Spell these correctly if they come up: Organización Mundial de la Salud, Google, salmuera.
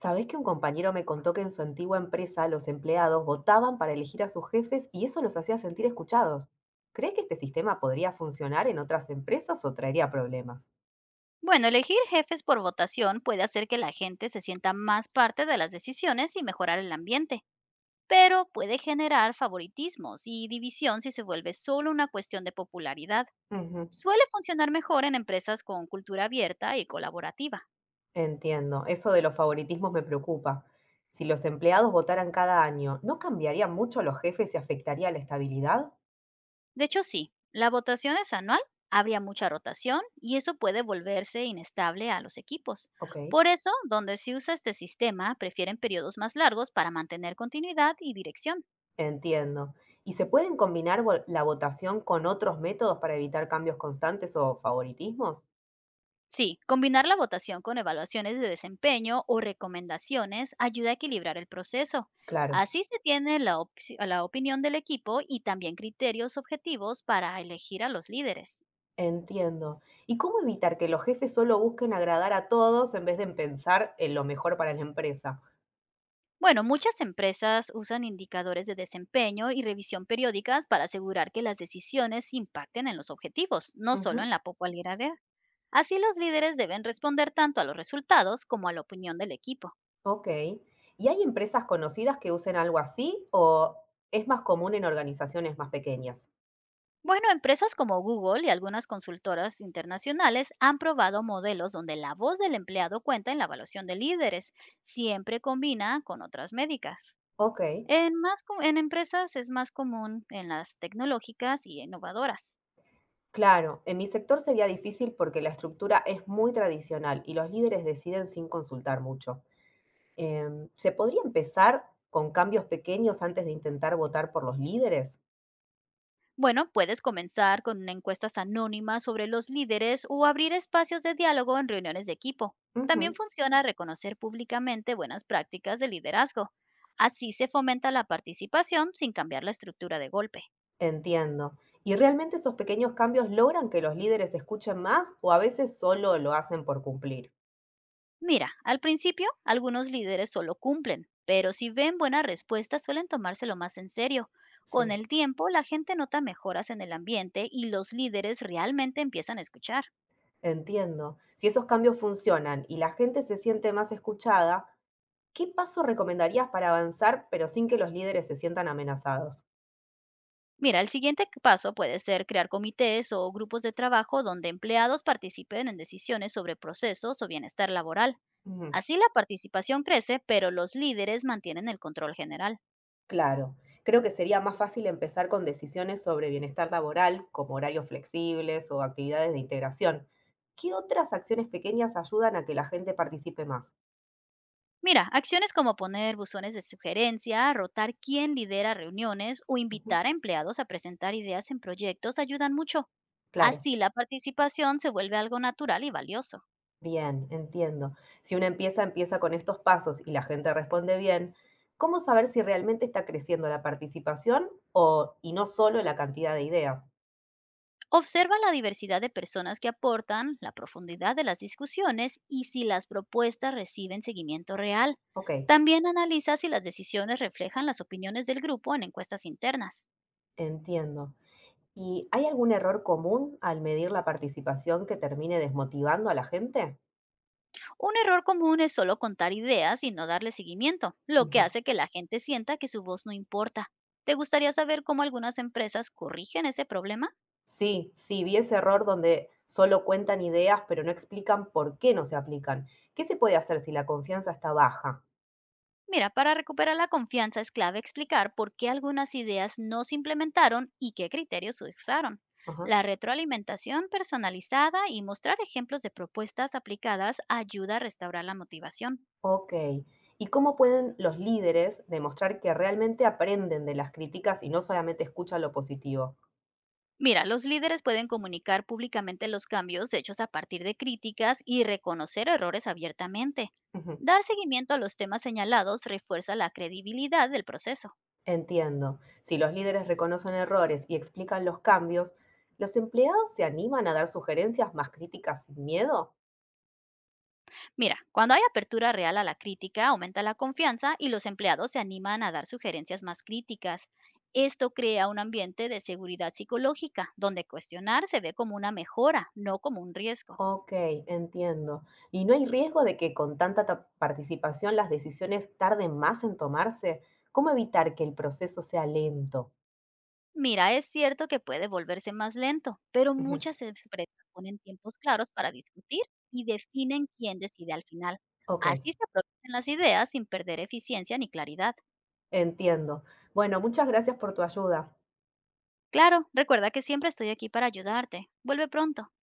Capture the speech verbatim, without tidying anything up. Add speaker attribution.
Speaker 1: ¿Sabés que un compañero me contó que en su antigua empresa los empleados votaban para elegir a sus jefes y eso los hacía sentir escuchados? ¿Crees que este sistema podría funcionar en otras empresas o traería problemas?
Speaker 2: Bueno, elegir jefes por votación puede hacer que la gente se sienta más parte de las decisiones y mejorar el ambiente, pero puede generar favoritismos y división si se vuelve solo una cuestión de popularidad.
Speaker 1: Ujú.
Speaker 2: Suele funcionar mejor en empresas con cultura abierta y colaborativa.
Speaker 1: Entiendo, eso de los favoritismos me preocupa. Si los empleados votaran cada año, ¿no cambiaría mucho los jefes y afectaría la estabilidad?
Speaker 2: De hecho, sí, la votación es anual, habría mucha rotación y eso puede volverse inestable a los equipos.
Speaker 1: Ok,
Speaker 2: Por eso, donde se usa este sistema, prefieren periodos más largos para mantener continuidad y dirección.
Speaker 1: entiendo. ¿Y se pueden combinar vo- la votación con otros métodos para evitar cambios constantes o favoritismos?
Speaker 2: Sí, combinar la votación con evaluaciones de desempeño o recomendaciones ayuda a equilibrar el proceso.
Speaker 1: Claro.
Speaker 2: Así se tiene la, opci- la opinión del equipo y también criterios objetivos para elegir a los líderes.
Speaker 1: Entiendo. ¿Y cómo evitar que los jefes solo busquen agradar a todos en vez de pensar en lo mejor para la empresa?
Speaker 2: Bueno, muchas empresas usan indicadores de desempeño y revisión periódicas para asegurar que las decisiones impacten en los objetivos, no solo
Speaker 1: Ujú.
Speaker 2: en la popularidad. Así los líderes deben responder tanto a los resultados como a la opinión del equipo.
Speaker 1: Ok. ¿Y hay empresas conocidas que usen algo así o es más común en organizaciones más pequeñas?
Speaker 2: Bueno, empresas como Google y algunas consultoras internacionales han probado modelos donde la voz del empleado cuenta en la evaluación de líderes, siempre combina con otras médicas.
Speaker 1: Ok.
Speaker 2: En, más, co- en empresas es más común en las tecnológicas y innovadoras.
Speaker 1: Claro, en mi sector sería difícil porque la estructura es muy tradicional y los líderes deciden sin consultar mucho. Em, ¿se podría empezar con cambios pequeños antes de intentar votar por los líderes?
Speaker 2: Bueno, puedes comenzar con encuestas anónimas sobre los líderes o abrir espacios de diálogo en reuniones de equipo. También
Speaker 1: Ujú.
Speaker 2: funciona reconocer públicamente buenas prácticas de liderazgo. Así se fomenta la participación sin cambiar la estructura de golpe.
Speaker 1: Entiendo. ¿Y realmente esos pequeños cambios logran que los líderes escuchen más o a veces solo lo hacen por cumplir?
Speaker 2: Mira, al principio algunos líderes solo cumplen, pero si ven buenas respuestas suelen tomárselo más en serio.
Speaker 1: Sí.
Speaker 2: Con el tiempo, la gente nota mejoras en el ambiente y los líderes realmente empiezan a escuchar.
Speaker 1: Entiendo. Si esos cambios funcionan y la gente se siente más escuchada, ¿qué paso recomendarías para avanzar pero sin que los líderes se sientan amenazados?
Speaker 2: Mira, el siguiente paso puede ser crear comités o grupos de trabajo donde empleados participen en decisiones sobre procesos o bienestar laboral.
Speaker 1: Ujú.
Speaker 2: Así la participación crece, pero los líderes mantienen el control general.
Speaker 1: Claro, creo que sería más fácil empezar con decisiones sobre bienestar laboral, como horarios flexibles o actividades de integración. ¿Qué otras acciones pequeñas ayudan a que la gente participe más?
Speaker 2: Mira, acciones como poner buzones de sugerencia, rotar quién lidera reuniones o
Speaker 1: Ujú.
Speaker 2: invitar a empleados a presentar ideas en proyectos ayudan mucho.
Speaker 1: Claro.
Speaker 2: Así la participación se vuelve algo natural y valioso.
Speaker 1: Bien, entiendo. Si una empieza, empieza, con estos pasos y la gente responde bien, ¿cómo saber si realmente está creciendo la participación o, y no solo la cantidad de ideas?
Speaker 2: Observa la diversidad de personas que aportan, la profundidad de las discusiones y si las propuestas reciben seguimiento real.
Speaker 1: Ok,
Speaker 2: También analiza si las decisiones reflejan las opiniones del grupo en encuestas internas.
Speaker 1: entiendo. ¿Y hay algún error común al medir la participación que termine desmotivando a la gente?
Speaker 2: Un error común es solo contar ideas y no darle seguimiento, lo que
Speaker 1: Ujú.
Speaker 2: hace que la gente sienta que su voz no importa. ¿Te gustaría saber cómo algunas empresas corrigen ese problema?
Speaker 1: Sí, sí, vi ese error donde solo cuentan ideas, pero no explican por qué no se aplican. ¿Qué se puede hacer si la confianza está baja?
Speaker 2: Mira, para recuperar la confianza es clave explicar por qué algunas ideas no se implementaron y qué criterios se usaron. La retroalimentación personalizada y mostrar ejemplos de propuestas aplicadas ayuda a restaurar la motivación.
Speaker 1: Ok. ¿Y cómo pueden los líderes demostrar que realmente aprenden de las críticas y no solamente escuchan lo positivo?
Speaker 2: Mira, los líderes pueden comunicar públicamente los cambios hechos a partir de críticas y reconocer errores abiertamente.
Speaker 1: Ujú.
Speaker 2: Dar seguimiento a los temas señalados refuerza la credibilidad del proceso.
Speaker 1: Entiendo. Si los líderes reconocen errores y explican los cambios, ¿los empleados se animan a dar sugerencias más críticas sin miedo?
Speaker 2: Mira, cuando hay apertura real a la crítica, aumenta la confianza y los empleados se animan a dar sugerencias más críticas. Esto crea un ambiente de seguridad psicológica, donde cuestionar se ve como una mejora, no como un riesgo.
Speaker 1: Ok, entiendo. ¿Y no hay riesgo de que con tanta ta- participación las decisiones tarden más en tomarse? ¿Cómo evitar que el proceso sea lento?
Speaker 2: Mira, es cierto que puede volverse más lento, pero
Speaker 1: Ujú.
Speaker 2: muchas empresas ponen tiempos claros para discutir y definen quién decide al final.
Speaker 1: Ok,
Speaker 2: Así se aprovechan las ideas sin perder eficiencia ni claridad.
Speaker 1: entiendo. Bueno, muchas gracias por tu ayuda.
Speaker 2: Claro, recuerda que siempre estoy aquí para ayudarte. Vuelve pronto.